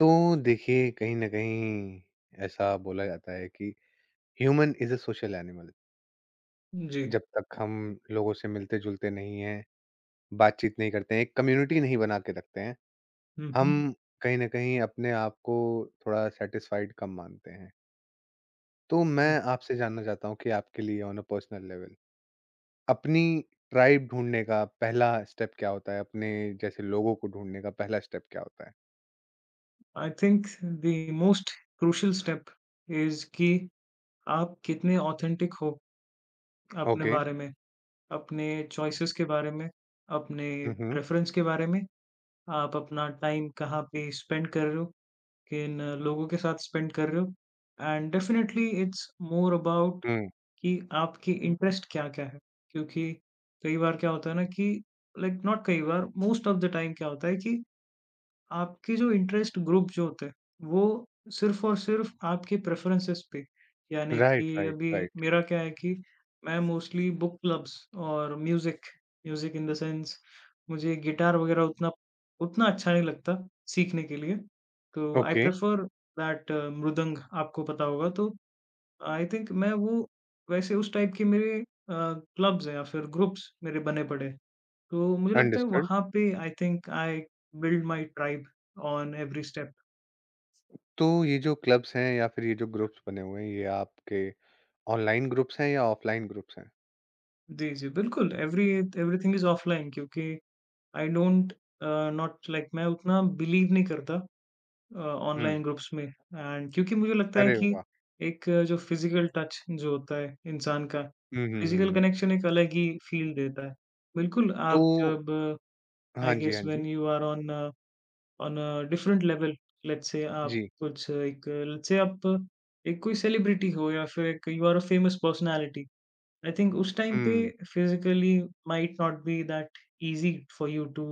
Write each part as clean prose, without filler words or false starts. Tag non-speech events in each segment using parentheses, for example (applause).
तो देखिए कहीं न कहीं ऐसा बोला जाता है कि human is a social animal. जी। जब तक हम लोगों से मिलते-जुलते नहीं हैं, बातचीत नहीं करते हैं, एक कम्युनिटी नहीं बना के रखते हैं, हुँ, हुँ, हम कहीं न कहीं अपने आप को थोड़ा सैटिस्फाइड कम मानते हैं। तो हुँ। मैं आपसे जानना चाहता हूँ कि आपके लिए ऑन अ पर्सनल लेवल अपनी ट्राइब ढूँढने का पहला स्टेप क्या होता है? अपने जैसे लोगों को ढूँढने का पहला स्टेप क्या होता है? I think the most crucial step is कि आप कितने ऑथेंटिक हो अपने ओके। बारे में, अपने चॉइसेस के बारे में, अपने हुँ, हुँ। प्रेफ़रेंस के बारे में, आप अपना टाइम कहाँ पे स्पेंड कर रहे हो, किन लोगों के साथ स्पेंड कर रहे हो and definitely it's more about हुँ। कि आपकी इंटरेस्ट क्या-क्या है। क्योंकि कई बार क्या होता है ना कि लाइक like, नॉट कई बार मोस्ट ऑफ द टाइम क्या होता है कि आपके जो इंटरेस्ट ग्रुप जो होते हैं, वो सिर्फ़ और सिर्फ़ आपके प्रेफ़रेंसेस पे, यानी राइट, कि राइट, अभी राइट। मेरा क्या है कि मैं मोस्टली बुक क्लब्स और music, music in the sense मुझे गिटार वग़ैरह उतना उतना अच्छा नहीं लगता सीखने के लिए, तो आई ओके, प्रेफ़र दैट मृदंग आपको पता होगा। तो आई थिंक मैं वो वैसे उस टाइप के मेरे अ, क्लब्स हैं या फिर ग्रुप्स मेरे बने पड़े हैं। तो मुझे लगता है अंडरस्टूड। वहाँ पे I think I build my tribe on every step. तो ये जो क्लब्स हैं या फिर ये जो ग्रुप्स बने हुए हैं, ये आपके ऑनलाइन ग्रुप्स हैं या ऑफलाइन ग्रुप्स हैं? जी, जी, बिल्कुल एवरीथिंग इज़ ऑफलाइन क्योंकि I don't uh, not like मैं उतना बिलीव नहीं करता हुँ, ऑनलाइन ग्रुप्स में। एंड क्योंकि मुझे लगता है अरे कि वाह! एक जो फिज़िकल टच जो होता है इंसान का, हुँ, हुँ, फिज़िकल हुँ। कनेक्शन एक अलग ही फ़ील देता है। बिल्कुल, तो आप जब हाँ आई जी, गेस हाँ जी। When you are on on a different level, जी, लेट्स से आप एक कोई सेलिब्रिटी हो या फिर एक you are a famous personality. I think उस टाइम पे hmm, physically might not be that easy for you to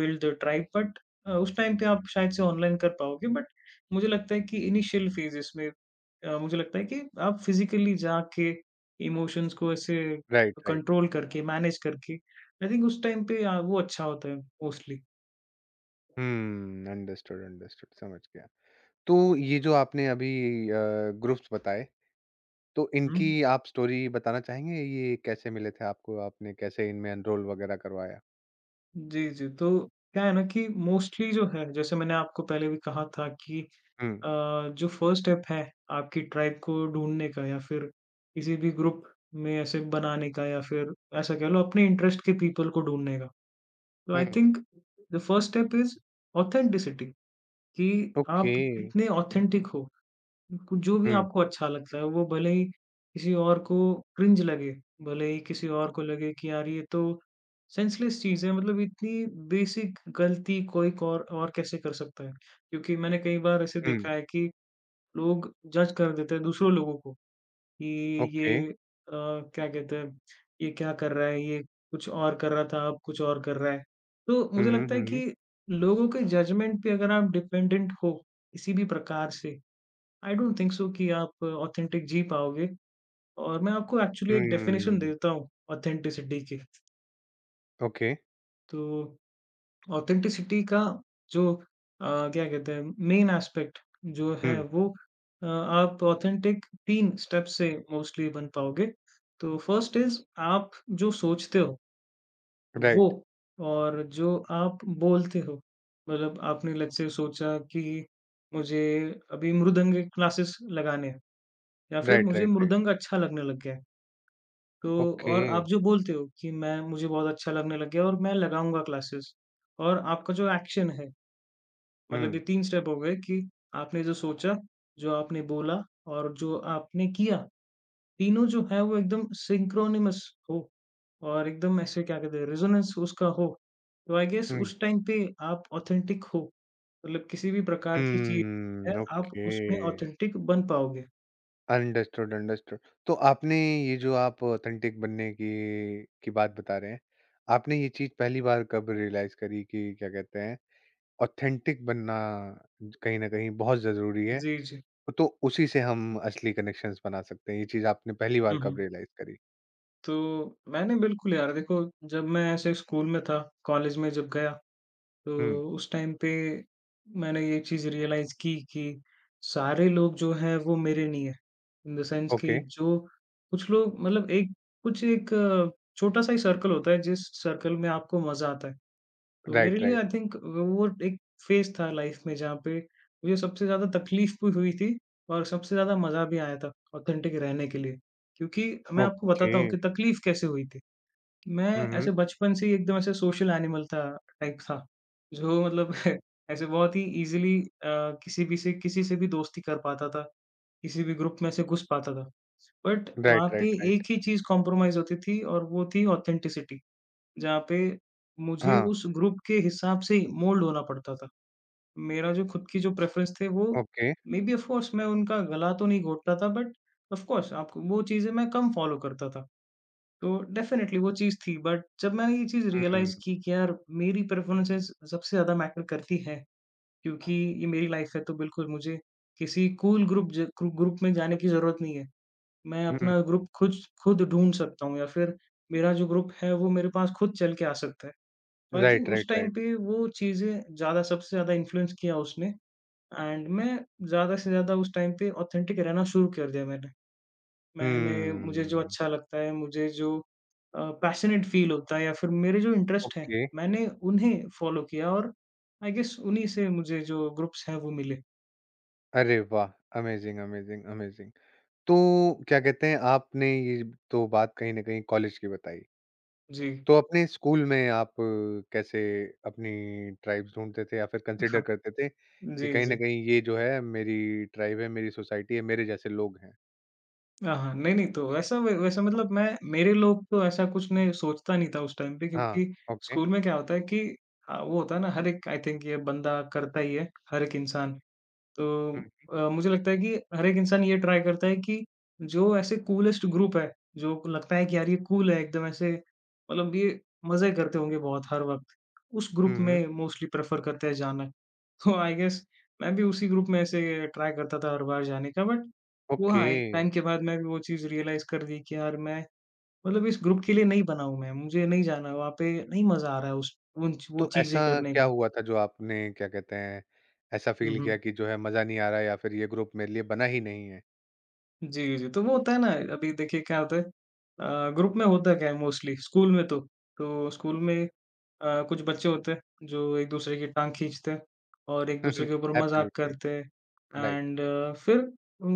build the tribe, but उस टाइम पे आप शायद से ऑनलाइन कर पाओगे। बट मुझे लगता है कि इनिशियल फेजेस में मुझे लगता है कि आप फिजिकली जाके इमोशंस को ऐसे राइट, राइट। कंट्रोल करके मैनेज करके आई थिंक उस टाइम पे वो अच्छा होता है मोस्टली। हुँ, अंडरस्टूड, अंडरस्टूड, समझ गया। तो ये जो आपने अभी अ, ग्रुप्स बताए, तो इनकी आप स्टोरी बताना चाहेंगे? ये कैसे मिले थे आपको? आपने कैसे इनमें एनरोल वगैरह करवाया? जी, जी। तो क्या है ना कि मोस्टली जो है, जैसे मैंने आपको पहले भी कहा था कि हुँ, अ, जो फर्स्ट स्टेप है आपकी ट्राइब को ढूँढने का या फिर किसी भी ग्रुप में ऐसे बनाने का या फिर ऐसा कह लो अपने इंटरेस्ट के पीपल को ढूँढने का। तो hmm, I hmm. Think the first step is authenticity कि आप ओके। कितने ऑथेंटिक हो। कु जो भी हुँ, आपको अच्छा लगता है, वो भले ही किसी और को क्रिंज लगे, भले ही किसी और को लगे कि यार ये तो सेंसलेस चीज़ है, मतलब इतनी बेसिक गलती कोई को और कैसे कर सकता है? क्योंकि मैंने कई बार ऐसे हुँ, देखा है कि लोग जज कर देते हैं दूसरों लोगों को कि ओके। ये क्या कहते हैं, ये क्या कर रहा है, ये कुछ और कर रहा था, अब कुछ और कर रहा है। तो हुँ, मुझे हुँ, लगता है हुँ, हुँ। कि लोगों के जजमेंट पे अगर आप डिपेंडेंट हो, किसी भी प्रकार से, आई डोंट थिंक सो कि आप ऑथेंटिक जी पाओगे। और मैं आपको एक्चुअली एक डेफिनेशन हुँ, देता हूँ ऑथेंटिसिटी की। ओके। तो ऑथेंटिसिटी का जो क्या कहते हैं, मेन एस्पेक्ट जो है हुँ। वो आप ऑथेंटिक 3 स्टेप्स से मोस्टली बन पाओगे। तो फर्स्ट इज़ आप जो सोचते हो वो राइट, और जो आप बोलते हो। मतलब आपने लेट्स से सोचा कि मुझे अभी मृदंग क्लासेस लगाने हैं या फिर राइट, मुझे राइट, राइट। मृदंग अच्छा लगने लग गया है। तो ओके। और आप जो बोलते हो कि मैं मुझे बहुत अच्छा लगने लग गया और मैं लगाऊँगा क्लासेस। और आपका जो एक्शन है, मतलब हुँ, ये 3 स्टेप हो गए कि आपने जो सोचा, जो आपने बोला और जो आपने किया, तीनों जो है वो एकदम सिंक्रोनिमस हो और एकदम ऐसे क्या कहते हैं रेजोनेंस उसका हो। तो आई गेस हुँ, उस टाइम पे आप ऑथेंटिक हो, मतलब किसी भी प्रकार की चीज़ है, हुँ, आप ओके। उसमें ऑथेंटिक बन पाओगे। Understood, understood. तो आपने ये जो आप ऑथेंटिक बनने की बात बता रहे हैं, आपने ये चीज़ पहली बार कब रियलाइज़ करी कि क्या कहते हैं, ऑथेंटिक बनना कहीं न कहीं बहुत ज़रूरी है, जी, जी। तो उसी से हम असली कनेक्शंस बना सकते हैं, ये चीज़ आपने पहली बार हुँ, कब हुँ। रियलाइज़ करी? तो मैंने बिल्कुल यार देखो, जब मैं ऐसे स्कूल में था, कॉलेज में जब गया, हुँ, तो उस टाइम पे मैंने ये चीज़ रियलाइज़ की कि सारे लोग जो हैं वो मेरे नहीं हैं। इन द सेंस ओके, कि जो कुछ लोग मतलब एक कुछ एक छोटा-सा ही सर्कल होता है जिस सर्कल में आपको मज़ा आता है। तो मेरे राइट, लिए राइट, आई थिंक वो एक फ़ेज़ था लाइफ़ में जहाँ पे मुझे सबसे ज़्यादा तकलीफ़ भी हुई थी और सबसे ज़्यादा मज़ा भी आया था ऑथेंटिक रहने के लिए। क्योंकि मैं आपको ओके। बताता हूँ कि तकलीफ़ कैसे हुई थी। मैं हुँ, हुँ, ऐसे बचपन से ही एकदम ऐसे सोशल एनिमल था, टाइप था। जो मतलब (laughs) ऐसे बहुत ही ईज़िली किसी से भी दोस्ती कर पाता था, किसी भी ग्रुप में से घुस पाता था। बट वहाँ राइट, पे राइट, राइट। एक ही चीज़ कॉम्प्रोमाइज़ होती थी और वो थी ऑथेंटिसिटी, जहाँ पे मुझे हाँ, उस ग्रुप के हिसाब से ही मोल्ड होना पड़ता था। मेरा जो खुद की जो प्रेफ़रेंस थे वो okay. Maybe, of course मैं उनका गला तो नहीं घोटता था, बट ऑफ़ कोर्स आपको वो चीज़ें मैं कम फ़ॉलो करता था। तो डेफ़िनेटली वो चीज़ थी। बट जब मैंने ये चीज़ हुँ, रियलाइज़ की कि यार मेरी प्रेफ़रेंसेस सबसे ज़्यादा मैटर करती हैं, क्योंकि ये मेरी लाइफ़ है, तो बिल्कुल मुझे किसी कूल ग्रुप ज ग्रु ग्रुप में जाने की ज़रूरत नहीं है। मैं हुँ। अपना ग्रुप खुद खुद ढूँढ सकता हूँ या फिर मेरा जो ग्रुप है वो मेरे पास खुद चल के आ सकता है। तो आई राइट, थिंक उस राइट, टाइम राइट। पे वो चीज़ें ज़्यादा सबसे ज़्यादा इन्फ्लुएंस किया उसने। एंड मैं ज़्यादा से ज़्यादा उस टाइम पे ऑथेंटिक रहना शुरू कर दिया मैंने। मुझे जो हम्म, अच्छा लगता है, मुझे जो पैशनेट फ़ील होता है या फिर मेरे जो इंटरेस्ट हैं, ओके। मैंने उन्हें फ़ॉलो किया, और आई गेस उन्हीं से मुझे जो ग्रुप्स हैं वो मिले। अरे वाह! Amazing, amazing, amazing. तो क्या कहते हैं, आपने ये तो बात कहीं न कहीं कॉलेज की बताई। जी। तो अपने स्कूल में आप कैसे अपनी ट्राइब्स ढूँढते थे या फिर कंसिडर हाँ। करते थे कि जी, कहीं न जी। कहीं ये जो है मेरी ट्राइब है, मेरी सोसाइटी है, मेरे जैसे लोग हैं? हाँ, हाँ। नहीं, नहीं तो वैसा मतलब मैं मेरे लोग तो ऐसा कुछ मैं सोचता नहीं था उस टाइम पे, हाँ, क्योंकि ओके। स्कूल में क्या होता है कि वो होता है ना, हर एक आई थिंक ये बंदा करता ही है, हर एक इंसान। तो हुँ, मुझे लगता है कि हर एक इंसान ये ट्राई करता है कि जो ऐसे कूलेस्ट ग्रुप है, जो लगता है कि यार ये कूल है एकदम ऐसे, मतलब ये मज़े करते होंगे बहुत हर वक़्त, उस ग्रुप हुँ, हुँ। में मोस्टली प्रेफ़र करते हैं जाना। (laughs) तो आई गेस मैं भी उसी ग्रुप में ऐसे ट्राई करता था हर बार जाने का। बट वो ओके, हाँ, एक टाइम के बाद मैं भी वो चीज़ रियलाइज़ कर दी कि यार मैं मतलब इस ग्रुप के लिए नहीं बना हूँ मैं, मुझे नहीं जाना वहाँ पे, नहीं मज़ा आ रहा है उस उन वो तो ऐसा चीज़ें करने क्या का। हुआ था जो आपने क्या कहते हैं, ऐसा हुँ, फ़ील हुँ। किया कि जो है मज़ा नहीं आ रहा या फिर ये ग्रुप मेरे लिए बना ही नहीं है? जी, जी। तो वो होता है ना, अभी देखिए क्या होता है, ग्रुप में होता क्या है मोस्टली स्कूल में तो, स्कूल में कुछ बच्चे होते हैं जो एक दूसरे की टाँग खींचते हैं और एक दूसरे (laughs) के ऊपर मज़ाक Absolutely. करते हैं, Right. एंड फिर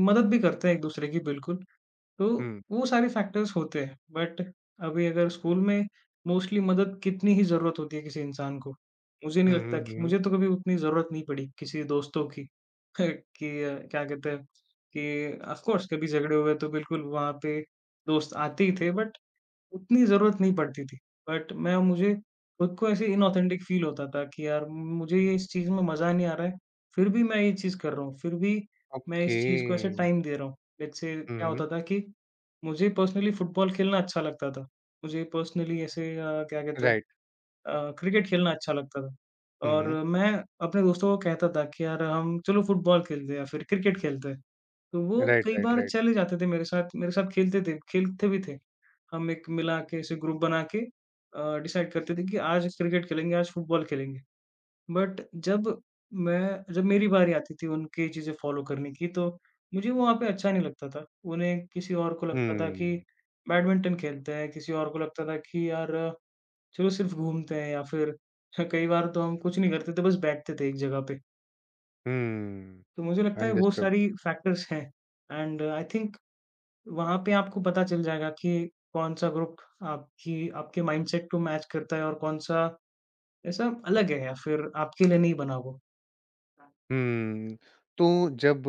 मदद भी करते हैं एक दूसरे की बिल्कुल। तो Hmm. वो सारे फैक्टर्स होते हैं। बट अभी अगर स्कूल में मोस्टली मदद कितनी ही ज़रूरत होती है किसी इंसान को, मुझे नहीं Hmm, लगता, hmm, कि hmm. मुझे तो कभी उतनी ज़रूरत नहीं पड़ी किसी दोस्तों की (laughs) कि क्या कहते हैं, कि ऑफ कोर्स कभी झगड़े हुए तो बिल्कुल वहाँ पे दोस्त आते ही थे, बट उतनी ज़रूरत नहीं पड़ती थी। बट मैं मुझे खुद को ऐसे इनऑथेंटिक फ़ील होता था कि यार मुझे ये इस चीज़ में मज़ा नहीं आ रहा है, फिर भी मैं ये चीज़ कर रहा हूँ, फिर भी मैं इस चीज़ को ऐसे Okay. टाइम दे रहा हूँ। लेट्स से क्या Mhm. होता था कि मुझे पर्सनली फुटबॉल खेलना अच्छा लगता था। मुझे पर्सनली ऐसे क्या कहते हैं Right. क्रिकेट खेलना अच्छा लगता था, और Mhm. मैं अपने दोस्तों को कहता था कि यार हम चलो फुटबॉल खेलते हैं या फिर क्रिकेट खेलते हैं। तो वो Right, कई right, बार right. चले जाते थे मेरे साथ खेलते थे, खेलते भी थे। हम एक मिला के ऐसे ग्रुप बना के डिसाइड करते थे कि आज क्रिकेट खेलेंगे, आज फुटबॉल खेलेंगे। बट जब मैं जब मेरी बारी आती थी उनकी चीज़ें फ़ॉलो करने की, तो मुझे वहाँ पे अच्छा नहीं लगता था। उन्हें किसी और को लगता था कि हम्म, बैडमिंटन खेलते हैं, किसी और को लगता था कि यार चलो सिर्फ़ घूमते हैं, या फिर (laughs) कई बार तो हम कुछ नहीं करते थे, बस बैठते थे एक जगह पे। हम्म, तो मुझे लगता है वो अंडरस्टूड। सारी फैक्टर्स हैं, एंड आई थिंक वहाँ पे आपको पता चल जाएगा कि कौन-सा ग्रुप आपकी आपके माइंडसेट को मैच करता है और कौन-सा ऐसा अलग है या फिर आपके लिए नहीं बना वो। हम्म, तो जब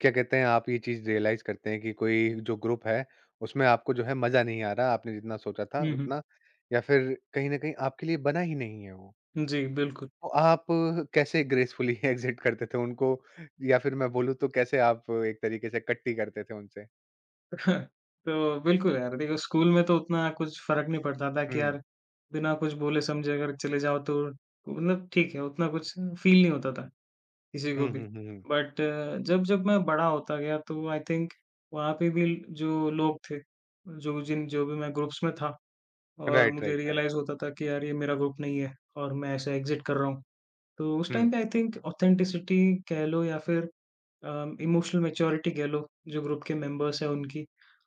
क्या कहते हैं आप ये चीज़ रियलाइज़ करते हैं कि कोई जो ग्रुप है, उसमें आपको जो है मज़ा नहीं आ रहा, आपने जितना सोचा था हुँ, हुँ। उतना या फिर कहीं न कहीं आपके लिए बना ही नहीं है वो, जी, बिल्कुल। तो आप कैसे ग्रेसफुली एग्ज़िट (laughs) करते थे उनको या फिर मैं बोलूँ तो कैसे आप एक तरीके से कट्टी करते थे उनसे? (laughs) तो बिल्कुल यार देखो, स्कूल में तो उतना कुछ फ़र्क नहीं पड़ता था कि हुँ। यार बिना कुछ बोले समझे अगर चले जाओ तो मतलब ठीक है, उतना कुछ फ़ील नहीं होता था किसी को हुँ, भी। हुँ, हुँ, हुँ। बट जब-जब मैं बड़ा होता गया तो आई थिंक वहाँ पे भी जो लोग थे, जो भी मैं ग्रुप्स में था, और राइट, मुझे राइट, राइट। रियलाइज़ होता था कि यार ये मेरा ग्रुप नहीं है और मैं ऐसे एग्ज़िट कर रहा हूँ। तो उस हुँ। टाइम पे आई थिंक ऑथेंटिसिटी कह लो या फिर अ, इमोशनल मैच्योरिटी कह लो जो ग्रुप के मेंबर्स हैं उनकी,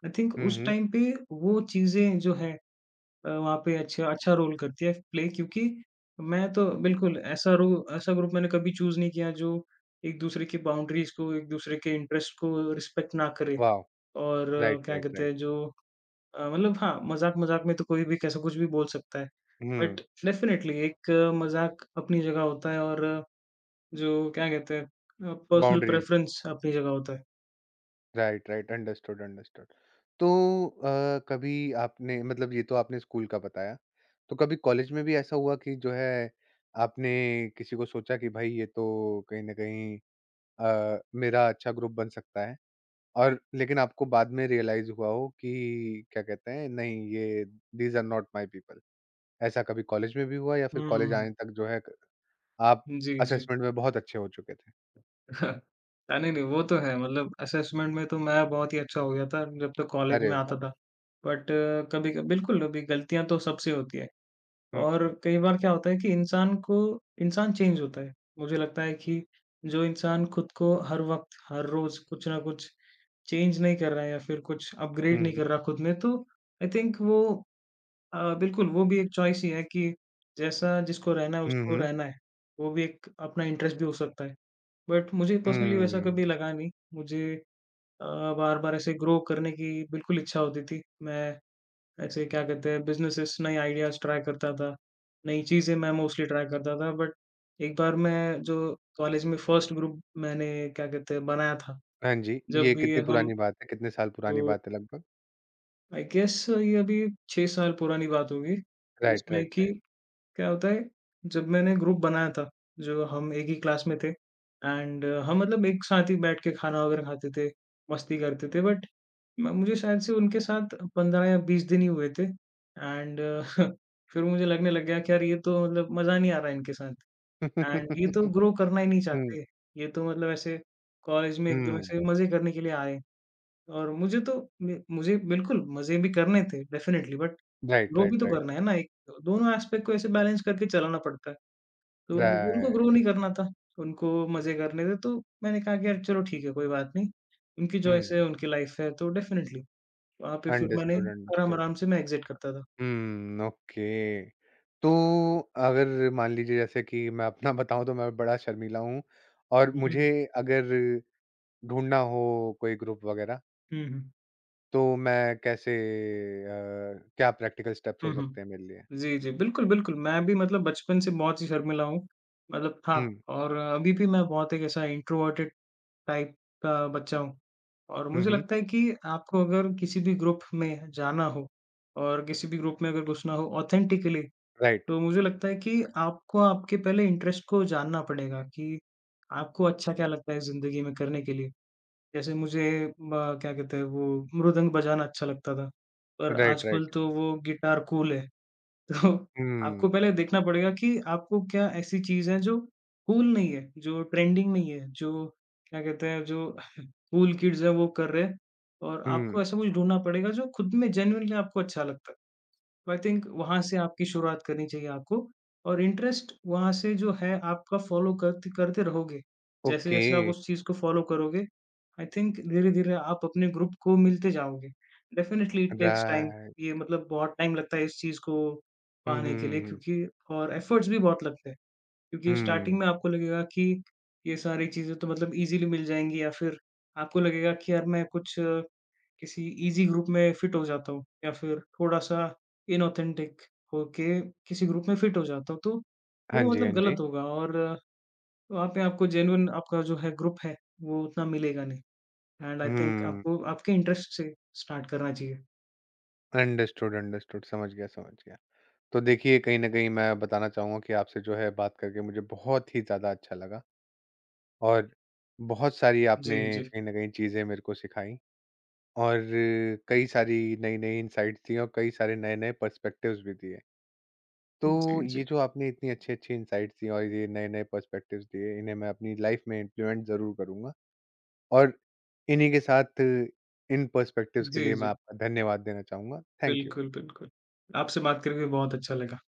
आई थिंक हुँ, उस हुँ। टाइम पे वो चीज़ें जो हैं वहाँ पे अच्छा अच्छा रोल करती है प्ले क्योंकि मैं तो बिल्कुल ऐसा रो ऐसा ग्रुप मैंने कभी चूज़ नहीं किया जो एक दूसरे की बाउंड्रीज़ को, एक दूसरे के इंटरेस्ट को रिस्पेक्ट ना करे वाव! और राइट, क्या राइट, कहते राइट। हैं जो मतलब हाँ, मज़ाक-मज़ाक में तो कोई भी कैसा कुछ भी बोल सकता है। बट हुँ, डेफ़िनेटली एक मज़ाक अपनी जगह होता है और जो क्या कहते हैं पर्सनल बाउंडरीज़। प्रेफ़रेंस अपनी जगह होता है। Right, right. Understood, understood. तो कभी आपने मतलब ये तो आपने स्कूल का बताया, तो कभी कॉलेज में भी ऐसा हुआ कि जो है आपने किसी को सोचा कि भाई ये तो कहीं न कहीं मेरा अच्छा ग्रुप बन सकता है और लेकिन आपको बाद में रियलाइज़ हुआ हो कि क्या कहते हैं नहीं ये these are not my people. ऐसा कभी कॉलेज में भी हुआ या फिर कॉलेज हुँ। आने तक जो है आप जी, जी। असेसमेंट में बहुत अच्छे हो चुके थे। (laughs) नहीं, नहीं वो तो है मतलब असेसमेंट में तो मैं बहुत ही अच्छा हो गया था जब तक कॉलेज अरे में वाह! आता था। बट कभी क बिल्कुल अभी गलतियाँ तो सबसे होती है हुँ, और हुँ। कई बार क्या होता है कि इंसान चेंज होता है। मुझे लगता है कि जो इंसान खुद को हर वक़्त, हर रोज़ कुछ ना कुछ चेंज नहीं कर रहा है या फिर कुछ हुँ, अपग्रेड नहीं हुँ। कर रहा खुद में, तो आई थिंक वो बिल्कुल वो भी एक चॉइस ही है कि जैसा जिसको रहना है हुँ, उसको हुँ। रहना है। वो भी एक अपना इंटरेस्ट भी हो सकता है। बट मुझे पर्सनली वैसा हुँ। कभी लगा नहीं। अ, बार-बार ऐसे ग्रो करने की बिल्कुल इच्छा होती थी। मैं ऐसे क्या कहते हैं बिज़नेसेस नए आइडियाज़ ट्राई करता था। नई चीज़ें मैं मोस्टली ट्राई करता था। बट एक बार मैं जो कॉलेज में फर्स्ट ग्रुप मैंने क्या कहते हैं बनाया था। हाँ जी, जब ये भी कितनी हम पुरानी बात है? कितने साल पुरानी जो बात है लगभग? आई गेस ये अभी 6 साल पुरानी बात होगी, राइट, जिसमें राइट, कि राइट। क्या होता है, जब मैंने ग्रुप बनाया था, जो हम एक ही क्लास में थे एंड हम मतलब एक साथ ही बैठ के खाना वगैरह खाते थे, मस्ती करते थे। बट म मुझे शायद से उनके साथ 15 या 20 दिन ही हुए थे एंड (laughs) फिर मुझे लगने लग गया कि यार ये तो मतलब मज़ा नहीं आ रहा है इनके साथ, एंड ये तो (laughs) ग्रो करना ही नहीं हुँ, चाहते, ये तो मतलब ऐसे कॉलेज में एकदम हुँ। ऐसे मज़े करने के लिए आए हैं। और मुझे तो मे मुझे बिल्कुल मज़े भी करने थे डेफ़िनेटली, बट राइट, ग्रो भी राइट, तो राइट। करना है ना एक तो दोनों एस्पेक्ट को ऐसे बैलेंस करके चलाना पड़ता है। तो उनको ग्रो राइट। नहीं करना था, उनको मज़े करने थे, तो मैंने कहा कि यार चलो ठीक है कोई बात नहीं, उनकी चॉइस हुँ। है, उनकी लाइफ़ है, तो डेफ़िनेटली वहाँ पे फिर मैंने अंडरस्टूड, अंडरस्टूड। आराम-आराम से मैं एग्ज़िट करता था। हुँ, ओके। तो अगर मान लीजिए जैसे कि मैं अपना (laughs) बताऊँ तो मैं बड़ा शर्मीला हूँ और हुँ, हुँ। मुझे अगर ढूँढना हो कोई ग्रुप वगैरह? हुँ, हुँ। तो मैं कैसे क्या प्रैक्टिकल स्टेप्स हो हुँ, सकते हैं हुँ। मेरे लिए? जी, जी। बिल्कुल, बिल्कुल। मैं भी मतलब बचपन से बहुत ही शर्मीला हूँ, मतलब था। हुँ, और अभी भी मैं बहुत एक ऐसा इंट्रोवर्टेड टाइप का बच्चा हूँ। और हुँ, मुझे हुँ। लगता है कि आपको अगर किसी भी ग्रुप में जाना हो और किसी भी ग्रुप में अगर घुसना हो ऑथेंटिकली, राइट, तो मुझे लगता है कि आपको आपके पहले इंटरेस्ट को जानना पड़ेगा कि आपको अच्छा क्या लगता है ज़िंदगी में करने के लिए। जैसे क्या कहते हैं वो मृदंग बजाना अच्छा लगता था, पर राइट, आजकल राइट। तो वो गिटार कूल है। (laughs) तो आपको हुँ, पहले देखना पड़ेगा कि आपको क्या ऐसी चीज़ है जो कूल नहीं है, जो ट्रेंडिंग नहीं है, जो क्या कहते हैं जो कूल किड्स हैं वो कर रहे हैं, और हुँ, आपको ऐसा कुछ ढूँढना पड़ेगा जो खुद में जेनुइनली आपको अच्छा लगता है। तो आई थिंक वहाँ से आपकी शुरुआत करनी चाहिए आपको और इंटरेस्ट वहाँ से जो है आपका फ़ॉलो करते करते रहोगे। ओके, जैसे-जैसे आप उस चीज़ को फ़ॉलो करोगे, आई थिंक धीरे-धीरे आप अपने ग्रुप को मिलते जाओगे। Definitely it takes time, right. ये मतलब बहुत टाइम लगता है इस चीज़ को हुँ, पाने के हुँ, लिए हुँ, क्योंकि और एफ़र्ट्स भी बहुत लगते हैं। क्योंकि हुँ, स्टार्टिंग हुँ। में आपको लगेगा कि ये सारी चीज़ें तो मतलब ईज़िली मिल जाएँगी, या फिर आपको लगेगा कि यार किसी ईज़ी ग्रुप में फ़िट हो जाता हूँ, या फिर थोड़ा-सा इनऑथेंटिक होके किसी ग्रुप में फ़िट हो जाता हूँ, तो हाँ वो जी, हाँ मतलब जी। गलत होगा। और वहाँ पे आपको जेन्युइन आपका जो है ग्रुप है, वो उतना मिलेगा नहीं एंड आई थिंक हुँ, आपको आपके इंटरेस्ट से स्टार्ट करना चाहिए। अंडरस्टूड, अंडरस्टूड समझ गया, समझ गया। तो देखिए, कहीं न कहीं मैं बताना चाहूँगा कि आपसे जो है बात करके मुझे बहुत ही ज़्यादा अच्छा लगा और बहुत सारी आपने जी, जी। कहीं न कहीं चीज़ें मेरे को सिखाई और कई सारी नई-नई इनसाइट्स दी और कई सारे नए-नए पर्सपेक्टिव्स भी दिए। तो जी, ये जी। जो आपने इतनी अच्छी-अच्छी इनसाइट्स दी और ये नए-नए पर्सपेक्टिव्स दिए, इन्हें मैं अपनी लाइफ में इम्प्लीमेंट ज़रूर करूँगा और इन्हीं के साथ इन पर्सपेक्टिव्स के जी, लिए मैं जी। आपका धन्यवाद देना चाहूँगा। Thank you. बिल्कुल, बिल्कुल। आपसे बात करके बहुत अच्छा लगा।